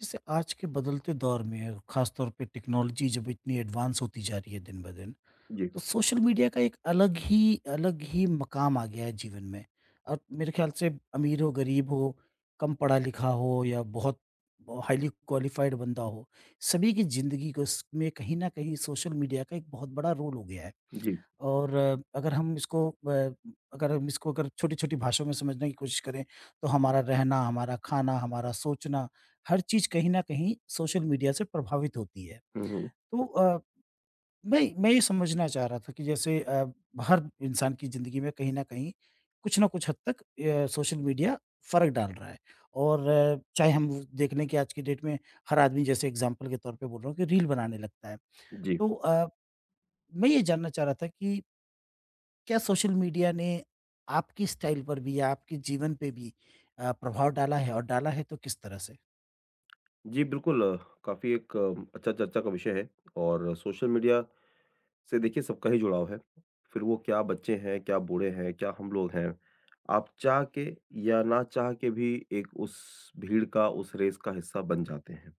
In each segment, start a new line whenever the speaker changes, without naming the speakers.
जैसे आज के बदलते दौर में खासतौर पे टेक्नोलॉजी जब इतनी एडवांस होती जा रही है दिन ब दिन
जी,
तो सोशल मीडिया का एक अलग ही मकाम आ गया है जीवन में। और मेरे ख्याल से अमीर हो, गरीब हो, कम पढ़ा लिखा हो या बहुत हाईली क्वालिफाइड बंदा हो, सभी की जिंदगी को इसमें कहीं ना कहीं सोशल मीडिया का एक बहुत बड़ा रोल हो गया है।
जी।
और अगर हम इसको अगर छोटी-छोटी भाषाओं में समझने की कोशिश करें, तो हमारा रहना, हमारा खाना, हमारा सोचना, हर चीज़ कहीं न कहीं सोशल मीडिया से प्रभावित होती है।
हुँ, हुँ।
तो मैं ये समझना चाह रहा था कि जैसे हर इंसान की ज़िंदगी में कहीं न कहीं, कुछ न कुछ हद तक सोशल मीडिया फ़र्क डाल रहा है। और चाहे हम देख लें कि आज की डेट में हर आदमी, जैसे एग्ज़ाम्पल के तौर पे बोल रहा हूँ, कि रील बनाने लगता है।
जी।
तो मैं ये जानना चाह रहा था कि क्या सोशल मीडिया ने आपकी स्टाइल पर भी या आपके जीवन पे भी प्रभाव डाला है, और डाला है तो किस तरह से?
जी, बिल्कुल काफ़ी एक अच्छा चर्चा का विषय है और सोशल मीडिया से देखिए सबका ही जुड़ाव है। फिर वो क्या बच्चे हैं, क्या बूढ़े हैं, क्या हम लोग हैं। आप चाह के या ना चाह के भी एक उस भीड़ का, उस रेस का हिस्सा बन जाते हैं।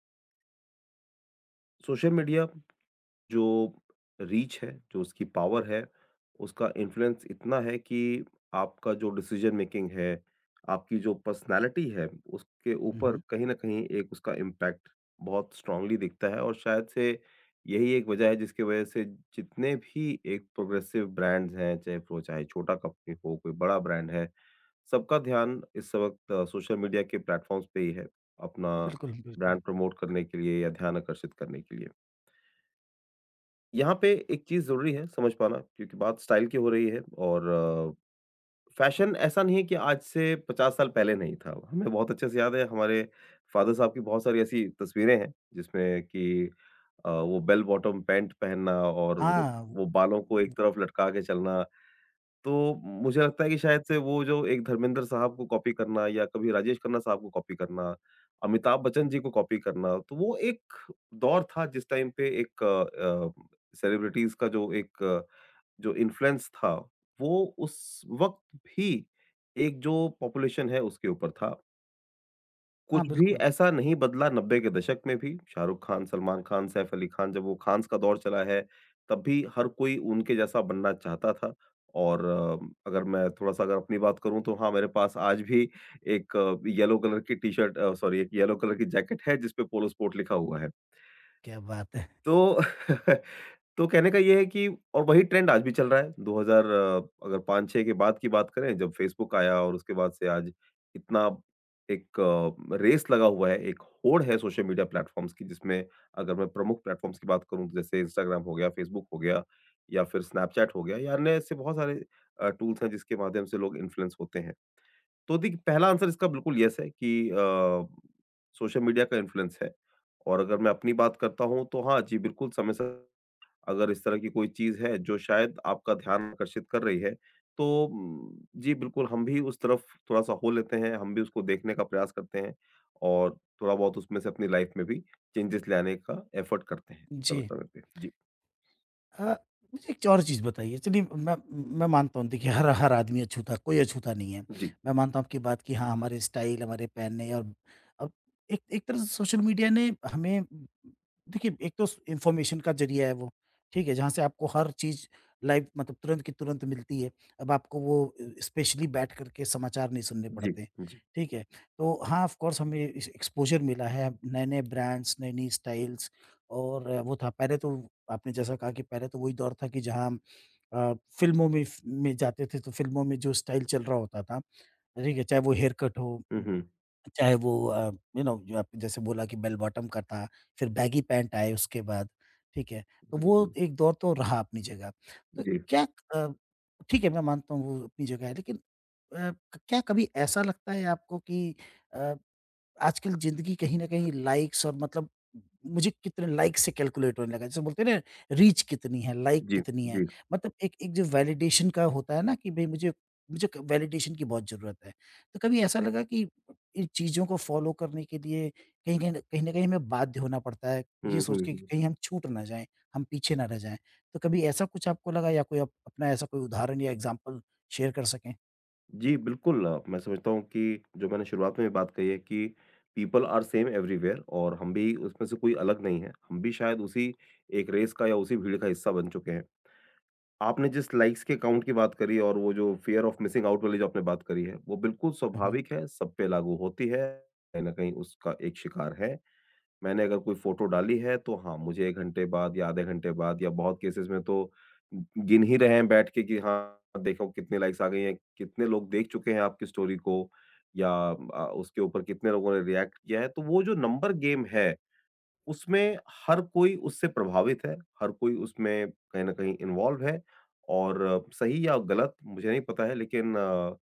सोशल मीडिया जो रीच है, जो उसकी पावर है, उसका इन्फ्लुएंस इतना है कि आपका जो डिसीज़न मेकिंग है, आपकी जो पर्सनैलिटी है, उसके
हुँ,
ऊपर
हुँ।
कहीं न कहीं एक उसका इम्पैक्ट बहुत स्ट्रांगली दिखता है और शायद से यही एक वजह है जिसकी वजह से जितने भी एक प्रोग्रेसिव ब्रांड्स हैं, चाहे छोटा कंपनी हो, कोई बड़ा ब्रांड है, सबका ध्यान इस वक़्त सोशल मीडिया के प्लेटफ़ॉर्म्स पे ही है, अपना
बिल्कुल, बिल्कुल।
ब्रांड प्रमोट करने के लिए या ध्यान आकर्षित करने के लिए। यहाँ पे एक चीज़ ज़रूरी है समझ पाना क्योंकि बात स्टाइल की हो रही है और फ़ैशन ऐसा नहीं है कि आज से 50 साल पहले नहीं था। हमें बहुत अच्छे से याद है हमारे फ़ादर साहब की बहुत सारी ऐसी तस्वीरें हैं जिसमें कि वो बेल बॉटम पैंट पहनना और वो
हाँ, व
वो बालों को
व
एक तरफ लटका के चलना। तो मुझे लगता है कि शायद से वो जो एक धर्मेंद्र साहब को कॉपी करना या कभी राजेश खन्ना साहब को कॉपी करना, अमिताभ बच्चन जी को कॉपी करना, तो वो एक दौर था जिस टाइम पे एक सेलिब्रिटीज़ का जो इन्फ्लुएंस था, वो उस वक़्त भी एक जो पॉपुलेशन है उसके ऊपर था।
हाँ,
कुछ भी
बिल्कुल,
ऐसा नहीं बदला 90 के दशक में भी, शाहरुख खान, सलमान खान, सैफ अली खान जब वो खान्स का दौर चला है, तब भी हर कोई उनके जैसा बनना चाहता था और अगर मैं थोड़ा-सा अगर अपनी बात करूँ तो हाँ, मेरे पास आज भी एक येलो कलर की टी-शर्ट सॉरी एक येलो कलर की जैकेट है जिस पे पोलो स्पोर्ट लिखा हुआ है।
क्या बात है!
तो तो कहने का ये है कि और वही ट्रेंड आज भी चल रहा है। 2000 अगर 5-6 के बाद की बात करें जब फ़ेसबुक आया और उसके बाद से आज इतना एक रेस लगा हुआ है, एक होड़ है सोशल मीडिया प्लेटफ़ॉर्म्स की जिसमें अगर मैं प्रमुख प्लेटफ़ॉर्म्स की बात करूँ तो जैसे इंस्टाग्राम हो गया, फ़ेसबुक हो गया या फिर स्नैपचैट हो गया या अन्य ऐसे बहुत सारे टूल्स हैं जिसके माध्यम से लोग इन्फ्लुएंस होते हैं। तो देखिए पहला आंसर इसका बिल्कुल येस है कि सोशल मीडिया का इन्फ्लुएंस है। और अगर मैं अपनी बात करता हूँ तो हाँ जी, बिल्कुल समय स अगर इस तरह की कोई चीज़ है जो शायद आपका ध्यान आकर्षित कर रही है, तो जी बिल्कुल हम भी उस तरफ थोड़ा-सा हो लेते हैं, हम भी उसको देखने का प्रयास करते हैं और थोड़ा बहुत उसमें से अपनी लाइफ में भी चेंजेस लाने का एफर्ट करते हैं
जी।
समय-समय पे। जी,
अ, मुझे एक और चीज़ बताइए। चलिए, मैं मानता हूँ, देखिए, हर हर आदमी अछूता, कोई अछूता नहीं है।
जी,
मैं मानता हूँ आपकी बात कि हाँ, हमारे स्टाइल, हमारे पहनने और अब एक एक तरह से सोशल मीडिया ने हमें, देखिए एक तो इन्फॉर्मेशन का ज़रिया है वो, ठीक है? जहाँ से आपको हर चीज़ लाइव, मतलब तुरंत की तुरंत मिलती है। अब आपको वो स्पेशली बैठ कर के समाचार नहीं सुनने
जी,
पड़ते हैं,
जी।
ठीक है? तो हाँ, ऑफ कोर्स हमें इस एक्सपोज़र मिला है, नए-नए ब्रांड्स, नई-नई स्टाइल्स। और वो था पहले तो, आपने जैसा कहा कि पहले तो वही दौर था कि जहाँ हम अ, फ़िल्मों में फ़ में जाते थे तो फ़िल्मों में जो स्टाइल चल रहा होता था, ठीक है? चाहे वो हेयर कट हो,
हुँ, हुँ।
चाहे वो यू नो, जो आपने जैसे बोला कि बेल बॉटम का था, फिर बैगी पैंट आए उसके बाद, ठीक है? तो
हुँ,
वो
हुँ।
एक दौर तो रहा अपनी जगह। तो
जी,
क्या अ, ठीक है, मैं मानता हूँ वो अपनी जगह है, लेकिन अ, क्या कभी ऐसा लगता है आपको कि अ आजकल ज़िंदगी कहीं न कहीं लाइक्स और, मतलब मुझे कितने लाइक से कैलकुलेट होने लगा है। जैसे बोलते हैं ना, रीच कितनी है, लाइक
जी,
कितनी है।
जी।
मतलब एक एक जो वैलिडेशन का होता है ना कि भई मुझे मुझे क वैलिडेशन की बहुत ज़रूरत है। तो कभी ऐसा लगा कि इन चीज़ों को फॉलो करने के लिए कहीं कहीं न कहीं न कहीं हमें बाध्य होना पड़ता है, ये
हुँ,
सोच
हुँ,
के कि
हुँ।
कहीं हम छूट ना जाएँ, हम पीछे ना रह जाएँ। तो कभी ऐसा कुछ आपको लगा या कोई आप अपना ऐसा कोई उदाहरण या एग्ज़ाम्पल शेयर कर सकें?
जी, बिल्कुल, मैं समझता हूँ कि जो मैंने शुरुआत में भी बात कही है कि पीपल आर सेम एवरीवेयर और हम भी उसमें से कोई अलग नहीं है। हम भी शायद उसी एक रेस का या उसी भीड़ का हिस्सा बन चुके हैं। आपने जिस लाइक्स के काउंट की बात करी और वो जो फ़ियर ऑफ मिसिंग आउट वाली जो आपने बात करी है, वो बिल्कुल
हुँ, हुँ।
स्वाभाविक है, सब पे लागू होती है, कहीं न कहीं उसका एक शिकार है। मैंने अगर कोई फ़ोटो डाली है, तो हाँ, मुझे 1 घंटे बाद या आधे घंटे बाद या बहुत केसेज़ में तो गिन ही रहे हैं बैठ के कि हाँ, देखो कितने लाइक्स आ गई हैं, कितने लोग देख चुके हैं आपकी स्टोरी को या उसके ऊपर कितने लोगों ने रिएक्ट किया है। तो वो जो नंबर गेम है, उसमें हर कोई उससे प्रभावित है, हर कोई उसमें कहीं न कहीं इन्वॉल्व है और सही या गलत मुझे नहीं पता है लेकिन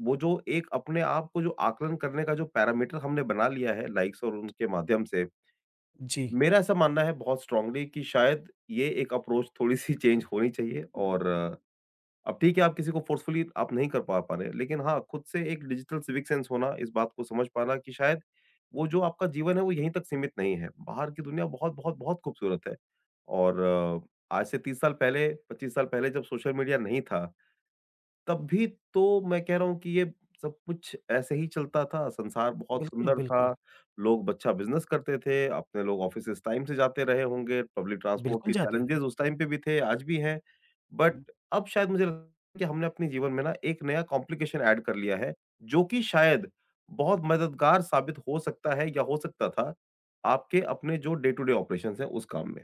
वो जो एक अपने आप को जो आकलन करने का जो पैरामीटर हमने बना लिया है लाइक्स और उनके माध्यम से
जी।
मेरा ऐसा मानना है बहुत स्ट्रांगली कि शायद ये एक अप्रोच थोड़ी-सी चेंज होनी चाहिए और अब ठीक है आप किसी को फ़ोर्सफुली आप नहीं कर पा पा रहे हैं, लेकिन हाँ, खुद से एक डिजिटल सिविक सेंस होना, इस बात को समझ पाना कि शायद वो जो आपका जीवन है वो यहीं तक सीमित नहीं है। बाहर की दुनिया बहुत, बहुत, बहुत खूबसूरत है और अ, आज से 30 साल पहले, 25 साल पहले जब सोशल मीडिया नहीं था तब भी तो मैं कह रहा हूँ कि ये सब कुछ ऐसे ही चलता था, संसार बहुत
बिल्कुल,
सुंदर
बिल्कुल।
था, लोग बच्चा बिज़नेस करते थे, अपने लोग ऑफ़िसेज़ टाइम से जाते रहे होंगे, पब्लिक ट्रांसपोर्ट
बिल्कुल
के
जाते थे।
चैलेंजेज़ उस टाइम पे भी थे, आज भी हैं। बट
हुँ।
अब शायद मुझे लगता है कि हमने अपने जीवन में ना एक नया कॉम्प्लिकेशन ऐड कर लिया है, जो कि शायद बहुत मददगार साबित हो सकता है या हो सकता था, आपके अपने जो डे टू डे ऑपरेशंस हैं उस काम में।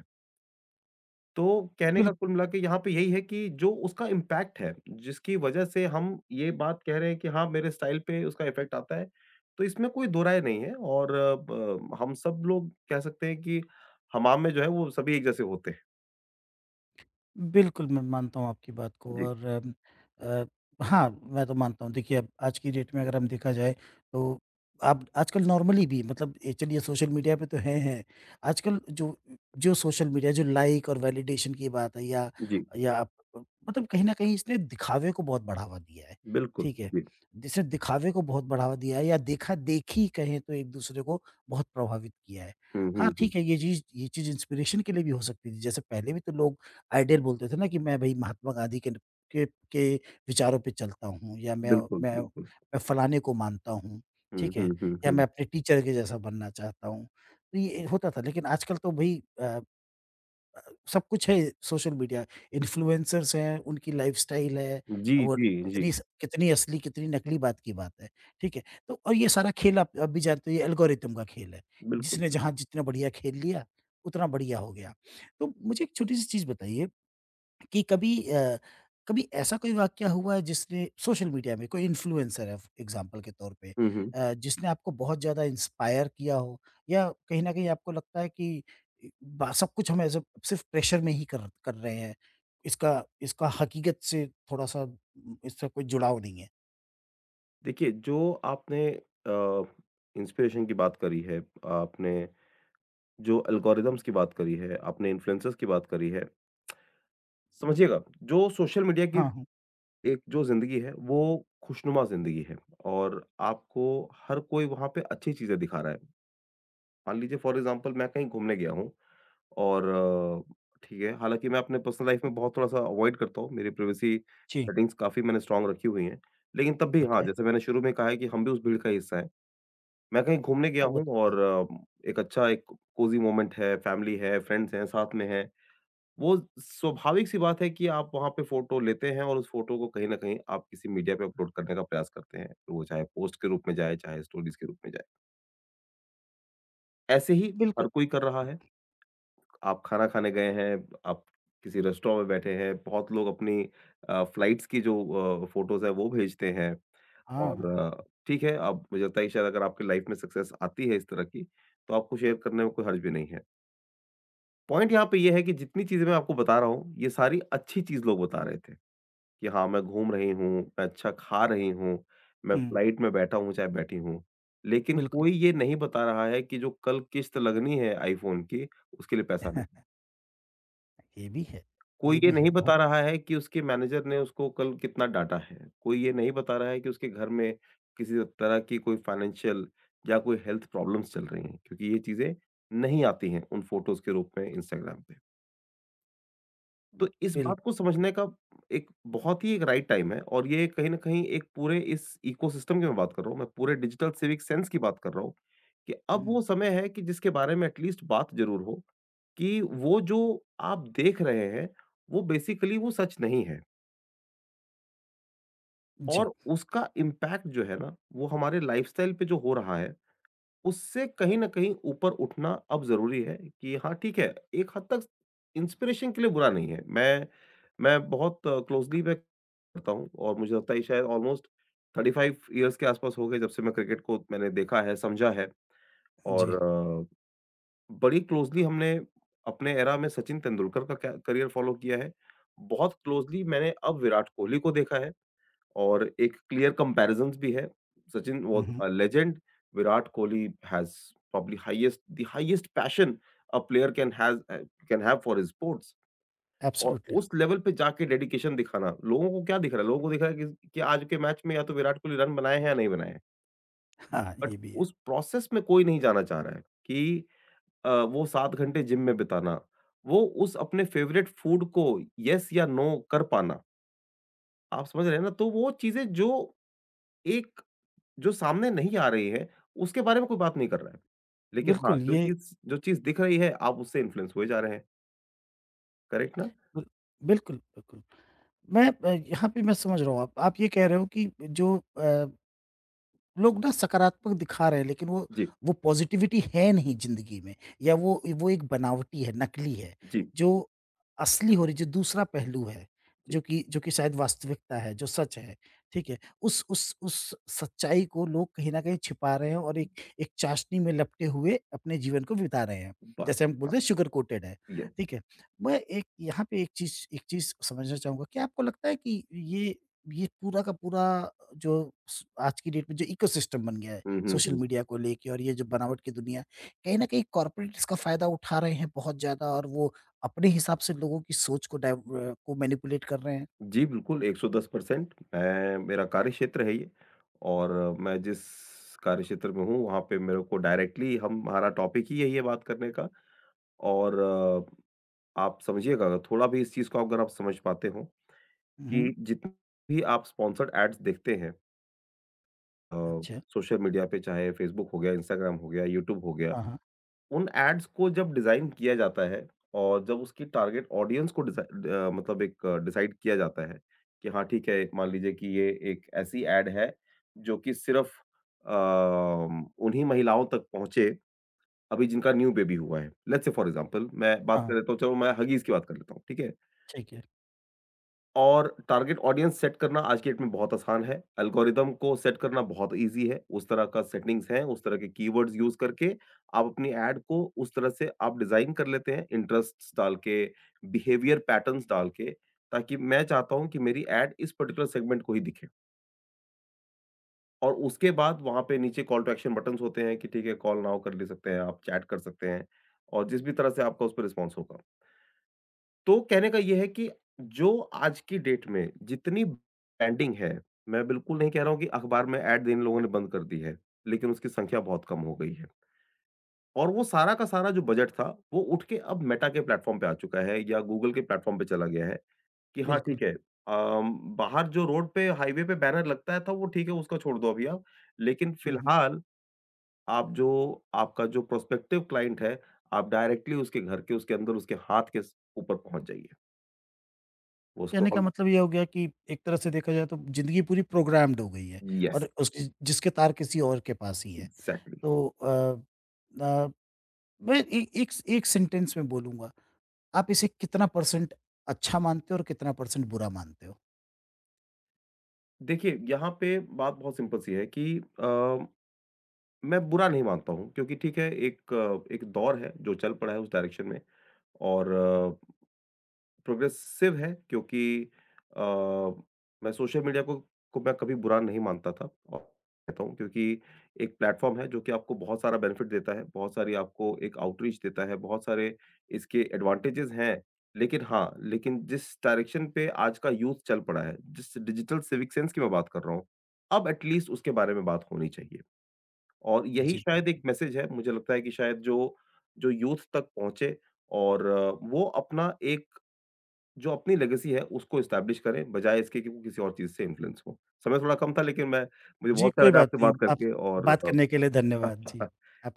तो कहने का
बिल्कुल।
कुल मिला के यहाँ पे यही है कि जो उसका इम्पैक्ट है, जिसकी वजह से हम ये बात कह रहे हैं कि हाँ, मेरे स्टाइल पे उसका इफ़ेक्ट आता है, तो इसमें कोई दो राय नहीं है और अ, ब हम सब लोग कह सकते हैं कि हमाम में जो है वो सभी एक जैसे होते हैं।
बिल्कुल, मैं मानता हूँ आपकी बात को।
जी,
और अ, हाँ, मैं तो मानता हूँ। देखिए, अब आज की डेट में अगर हम देखा जाए, तो आप आजकल नॉर्मली भी, मतलब ए चलिए, सोशल मीडिया पे तो हैं, हैं। आजकल जो जो सोशल मीडिया, जो लाइक और वैलिडेशन की बात है,
जी,
या आप, मतलब कहीं न कहीं इसने दिखावे को बहुत बढ़ावा दिया है,
बिल्कुल,
ठीक है?
जी।
जिसने दिखावे को बहुत बढ़ावा दिया है, या देखा-देखी कहें तो एक-दूसरे को बहुत प्रभावित किया है।
हुँ, हुँ,
हाँ,
हुँ।
ठीक है, ये चीज़ इंस्पिरेशन के लिए भी हो सकती थी। जैसे पहले भी तो लोग आइडियल बोलते थे ना कि मैं, भई, महात्मा गांधी के न के के विचारों पे चलता हूँ, या मैं,
बिल्कुल, बिल्कुल।
मैं फलाने को मानता हूँ,
हुँ,
ठीक
हुँ,
है?
हुँ,
या
हुँ।
मैं अपने टीचर के जैसा बनना चाहता हूँ। तो ये होता था, लेकिन आजकल तो भई अ, सब कुछ है सोशल मीडिया, इन्फ्लुएंसर्स हैं, उनकी लाइफ़स्टाइल है,
जी,
अब वो
जी, जी,
कितनी असली, कितनी नकली, बात की बात है, ठीक है? तो और ये सारा खेल, आप भी जानते हो, ये एल्गोरिथम का खेल है,
बिल्कुल।
जिसने जहाँ जितना बढ़िया खेल लिया, उतना बढ़िया हो गया। तो मुझे एक छोटी-सी चीज़ बताइए कि कभी कभी ऐसा कोई वाकया हुआ है जिसने, सोशल मीडिया में कोई इन्फ्लुएंसर है एग्जाम्पल के तौर पे,
हुँ, हुँ।
जिसने आपको बहुत ज़्यादा इंस्पायर किया हो, या कहीं न कहीं आपको लगता है कि इ बा सब कुछ हम ऐसे सिर्फ़ प्रेशर में ही कर कर रहे हैं। इसका इसका हकीकत से थोड़ा-सा, इससे कोई जुड़ाव नहीं है?
देखिए, जो आपने अ, इंस्पिरेशन की बात करी है, आपने जो एल्गोरिदम्स की बात करी है, आपने इन्फ्लुएंसर्स की बात करी है, समझिएगा जो सोशल मीडिया की
हाँ, हाँ।
एक जो ज़िंदगी है वो खुशनुमा ज़िंदगी है और आपको हर कोई वहाँ पे अच्छी चीज़ें दिखा रहा है। मान लीजिए फॉर एग्ज़ाम्पल मैं कहीं घूमने गया हूँ और ठीक है, हालाँकि मैं अपने पर्सनल लाइफ़ में बहुत थोड़ा-सा अवॉइड करता हूँ, मेरी प्राइवेसी
जी।
सेटिंग्स काफ़ी मैंने स्ट्रॉन्ग रखी हुई हैं। लेकिन तब भी हाँ,
ओके।
जैसे मैंने शुरू में कहा है कि हम भी उस भीड़ का हिस्सा हैं। मैं कहीं घूमने गया
हाँ, वो
हूँ
तो है।
और एक अच्छा एक कोज़ी मोमेंट है, फैमिली है, फ्रेंड्स हैं, साथ में हैं। वो स्वाभाविक सी बात है कि आप वहाँ पे फ़ोटो लेते हैं और उस फ़ोटो को कहीं न कहीं आप किसी मीडिया पे अपलोड करने का प्रयास करते हैं। वो चाहे पोस्ट के रूप में जाए, चाहे स्टोरीज़ के रूप में जाए। ऐसे ही
बिल्कुल,
हर कोई कर रहा है। आप खाना खाने गए हैं, आप किसी रेस्टोरेंट में बैठे हैं, बहुत लोग अपनी फ्लाइट्स की जो फ़ोटोज़ हैं वो भेजते हैं और
हाँ।
ठीक है, अब मुझे लगता है कि शायद अगर आपकी लाइफ़ में सक्सेस आती है इस तरह की, तो आपको शेयर करने में कोई हर्ज भी नहीं है। पॉइंट यहाँ पे ये है कि जितनी चीज़ें मैं आपको बता रहा हूँ, ये सारी अच्छी चीज़ लोग बता रहे थे। कि हाँ, मैं घूम रही हूँ, मैं अच्छा खा रही हूँ, मैं
हुँ,
फ्लाइट में बैठा हूँ, चाहे बैठी हूँ। लेकिन
बिल्कुल।
कोई ये नहीं बता रहा है कि जो कल किश्त लगनी है आईफ़ोन की, उसके लिए पैसा नहीं है।
ये भी है।
कोई
ये
ये
भी है
नहीं बता
बहुत।
रहा है कि उसके मैनेजर ने उसको कल कितना डाँटा है। कोई ये नहीं बता रहा है कि उसके घर में किसी तरह की कोई फ़ाइनेंशियल या कोई हेल्थ प्रॉब्लम्स चल रही हैं, क्योंकि ये चीज़ें नहीं आती हैं उन फ़ोटोज़ के रूप में इंस्टाग्राम पे। तो इस बात को
बिल्क
समझने का एक बहुत ही एक राइट टाइम है और ये कहीं न कहीं एक पूरे इस इकोसिस्टम की मैं बात कर रहा हूँ, मैं पूरे डिजिटल सिविक सेंस की बात कर रहा हूँ, कि अब
हुँ,
वो समय है कि जिसके बारे में एट लीस्ट बात ज़रूर हो, कि वो जो आप देख रहे हैं, वो बेसिकली वो सच नहीं है
जी,
और उसका इम्पैक्ट जो है ना, वो हमारे लाइफ़स्टाइल पे जो हो रहा है उससे कहीं न कहीं ऊपर उठना अब ज़रूरी है कि हाँ, ठीक है, एक हद तक इंस्पिरेशन के लिए बुरा नहीं है। मैं बहुत क्लोज़ली मैं करता हूँ और मुझे लगता है ये शायद ऑलमोस्ट 35 इयर्स के आस-पास हो गए जब से मैं क्रिकेट को मैंने देखा है, समझा है और
जी।
बड़ी क्लोज़ली हमने अपने एरा में सचिन तेंदुलकर का कै करियर फ़ॉलो किया है। बहुत क्लोज़ली मैंने अब विराट कोहली को देखा है। और एक क्लियर कंपैरिज़न्स भी है, Sachin
hmm,
was
hmm.
A legend, Virat Kohli has probably highest the highest passion a player can has can have for his sports और
एब्सोल्यूटली।
उस लेवल पे जाके डेडिकेशन दिखाना, लोगों को क्या दिख रहा है? लोगों को दिख रहा है कि आज के मैच में या तो विराट कोहली रन बनाए हैं या नहीं बनाए हैं,
हाँ,
बट
ये भी है।
उस प्रोसेस में कोई नहीं जाना चाह रहा है कि वो 7 घंटे जिम में बिताना, वो उस अपने फेवरेट फूड को येस या नो कर पाना, आप समझ रहे हैं ना? तो वो चीज़ें जो एक जो सामने नहीं आ रही है, उसके बारे में कोई बात नहीं कर रहा है। लेकिन हाँ,
बिल्कुल,
जो
ये
चीज़ जो चीज़ दिख रही है, आप उससे इन्फ्लुएंस हुए जा रहे हैं। करेक्ट ना?
बिल बिल्कुल, बिल्कुल। मैं, यहाँ पे मैं समझ रहा हूँ, आप, ये कह रहे हो कि जो लोग ना सकारात्मक दिखा रहे हैं, लेकिन वो,
जी,
पॉजिटिविटी है नहीं ज़िंदगी में, या वो, एक बनावटी है, नकली है,
जी,
जो असली हो रही, जो दूसरा पहलू है,
जी।
जो कि शायद वास्तविकता है, जो सच है, ठीक है? उस सच्चाई को लोग कहीं न कहीं छिपा रहे हैं, और एक एक चाशनी में लपटे हुए अपने जीवन को बिता रहे हैं।
बस,
जैसे हम
हाँ,
बोलते हैं, शुगर कोटेड है,
यस।
ठीक है? मैं एक यहाँ पे एक चीज़ समझना चाहूँगा, क्या आपको लगता है कि ये पूरा का पूरा जो स आज की डेट में जो इकोसिस्टम बन गया है,
हुँ, हुँ,
सोशल
हुँ।
मीडिया को लेके, और ये जो बनावट की दुनिया है, कहीं न कहीं कॉर्पोरेट इसका फ़ायदा उठा रहे हैं बहुत ज़्यादा, और वो अपने हिसाब से लोगों की सोच को मैनिपुलेट कर रहे हैं।
जी, बिल्कुल, 110% मैं मेरा कार्यक्षेत्र है ये और मैं जिस कार्यक्षेत्र में हूँ, वहाँ पे मेरे को डायरेक्टली हम हमारा टॉपिक ही यही है बात करने का और आप समझिएगा, अगर थोड़ा भी इस चीज़ को अगर आप समझ पाते हो
हुँ, हुँ।
कि जितने भी आप स्पॉन्सर्ड एड्स देखते हैं अ,
अच्छा।
सोशल मीडिया पे चाहे फ़ेसबुक हो गया, इंस्टाग्राम हो गया, यूट्यूब हो गया,
हाँ, हाँ।
उन एड्स को जब डिज़ाइन किया जाता है और जब उसकी टारगेट ऑडियंस को मतलब एक डिसाइड किया जाता है कि हाँ, ठीक है, मान लीजिए कि ये एक ऐसी एड है जो कि सिर्फ़ अ, उन्हीं महिलाओं तक पहुँचे अभी जिनका न्यू बेबी हुआ है। लेट्स से फॉर एग्ज़ाम्पल मैं बात
हाँ,
कर लेता हूँ चलो मैं हगीज़ की बात कर लेता हूँ, ठीक है?
ठीक है।
और टारगेट ऑडियंस सेट करना आज की डेट में बहुत आसान है। एल्गोरिदम को सेट करना बहुत ईज़ी है। उस तरह का सेटिंग्स है, उस तरह के कीवर्ड्स यूज़ करके आप अपनी ऐड को उस तरह से आप डिज़ाइन कर लेते हैं, इंटरेस्ट्स डाल के, बिहेवियर पैटर्न्स डाल के, ताकि मैं चाहता हूँ कि मेरी ऐड इस पर्टिकुलर सेगमेंट को ही दिखे। और उसके बाद वहाँ पे नीचे कॉल टू एक्शन बटन्स होते हैं कि ठीक है, कॉल नाउ कर ले सकते हैं आप, चैट कर सकते हैं और जिस भी तरह से आपका उस पे रिस्पॉन्स होगा। तो कहने का ये है कि जो आज की डेट में जितनी ब्रांडिंग है, मैं बिल्कुल नहीं कह रहा हूँ कि अखबार में ऐड इन लोगों ने बंद कर दी है, लेकिन उसकी संख्या बहुत कम हो गई है। और वो सारा का सारा जो बजट था, वो उठ के अब मेटा के प्लेटफ़ॉर्म पे आ चुका है या गूगल के प्लेटफ़ॉर्म पे चला गया है कि हाँ,
बिल्कुल।
ठीक है बाहर जो रोड पे, हाईवे पे बैनर लगता था वो ठीक है उसका छोड़ दो अभी आप। लेकिन
हुँ, हुँ।
फिलहाल आप जो आपका जो प्रोस्पेक्टिव क्लाइंट है, आप डायरेक्टली उसके घर के, उसके अंदर, उसके हाथ के स ऊपर पहुँच जाइए। वो
कहने का
स्क्रॉल
मतलब ये हो गया कि एक तरह से देखा जाए तो ज़िंदगी पूरी प्रोग्राम्ड हो गई है, और
यस,
उसकी, जिसके तार किसी और के पास ही है।
एग्ज़ैक्टली।
तो अ, मैं ए एक एक सेंटेंस में बोलूँगा, आप इसे कितना परसेंट अच्छा मानते हो और कितना परसेंट बुरा मानते हो?
देखिए, यहाँ पे बात बहुत सिंपल सी है कि मैं बुरा नहीं मानता हूँ क्योंकि ठीक है, एक एक दौर है जो चल पड़ा है उस डायरेक्शन में और प्रोग्रेसिव है क्योंकि अ, मैं सोशल मीडिया को मैं कभी बुरा नहीं मानता था और कहता हूँ क्योंकि एक प्लेटफॉर्म है जो कि आपको बहुत सारा बेनिफिट देता है, बहुत सारी आपको एक आउटरीच देता है, बहुत सारे इसके एडवांटेजेस हैं। लेकिन हाँ, लेकिन जिस डायरेक्शन पे आज का यूथ चल पड़ा है, जिस डिजिटल सिविक सेंस की मैं बात कर रहा हूँ, अब एटलीस्ट उसके बारे में बात होनी चाहिए और यही
जी,
शायद एक
बिल्कुल।
मैसेज है मुझे लगता है कि शायद जो जो यूथ तक पहुँचे और वो अपना एक जो अपनी लेगेसी है उसको एस्टैब्लिश करें, बजाए इसके कि वो किसी और चीज़ से इन्फ्लुएंस हो। समय थोड़ा कम था लेकिन मैं मुझे
जी,
बहुत अच्छा
कोई
लगा
बात
आपसे
नहीं।
बात
आप,
करके
बात करने
और
के लिए धन्यवाद। जी, आप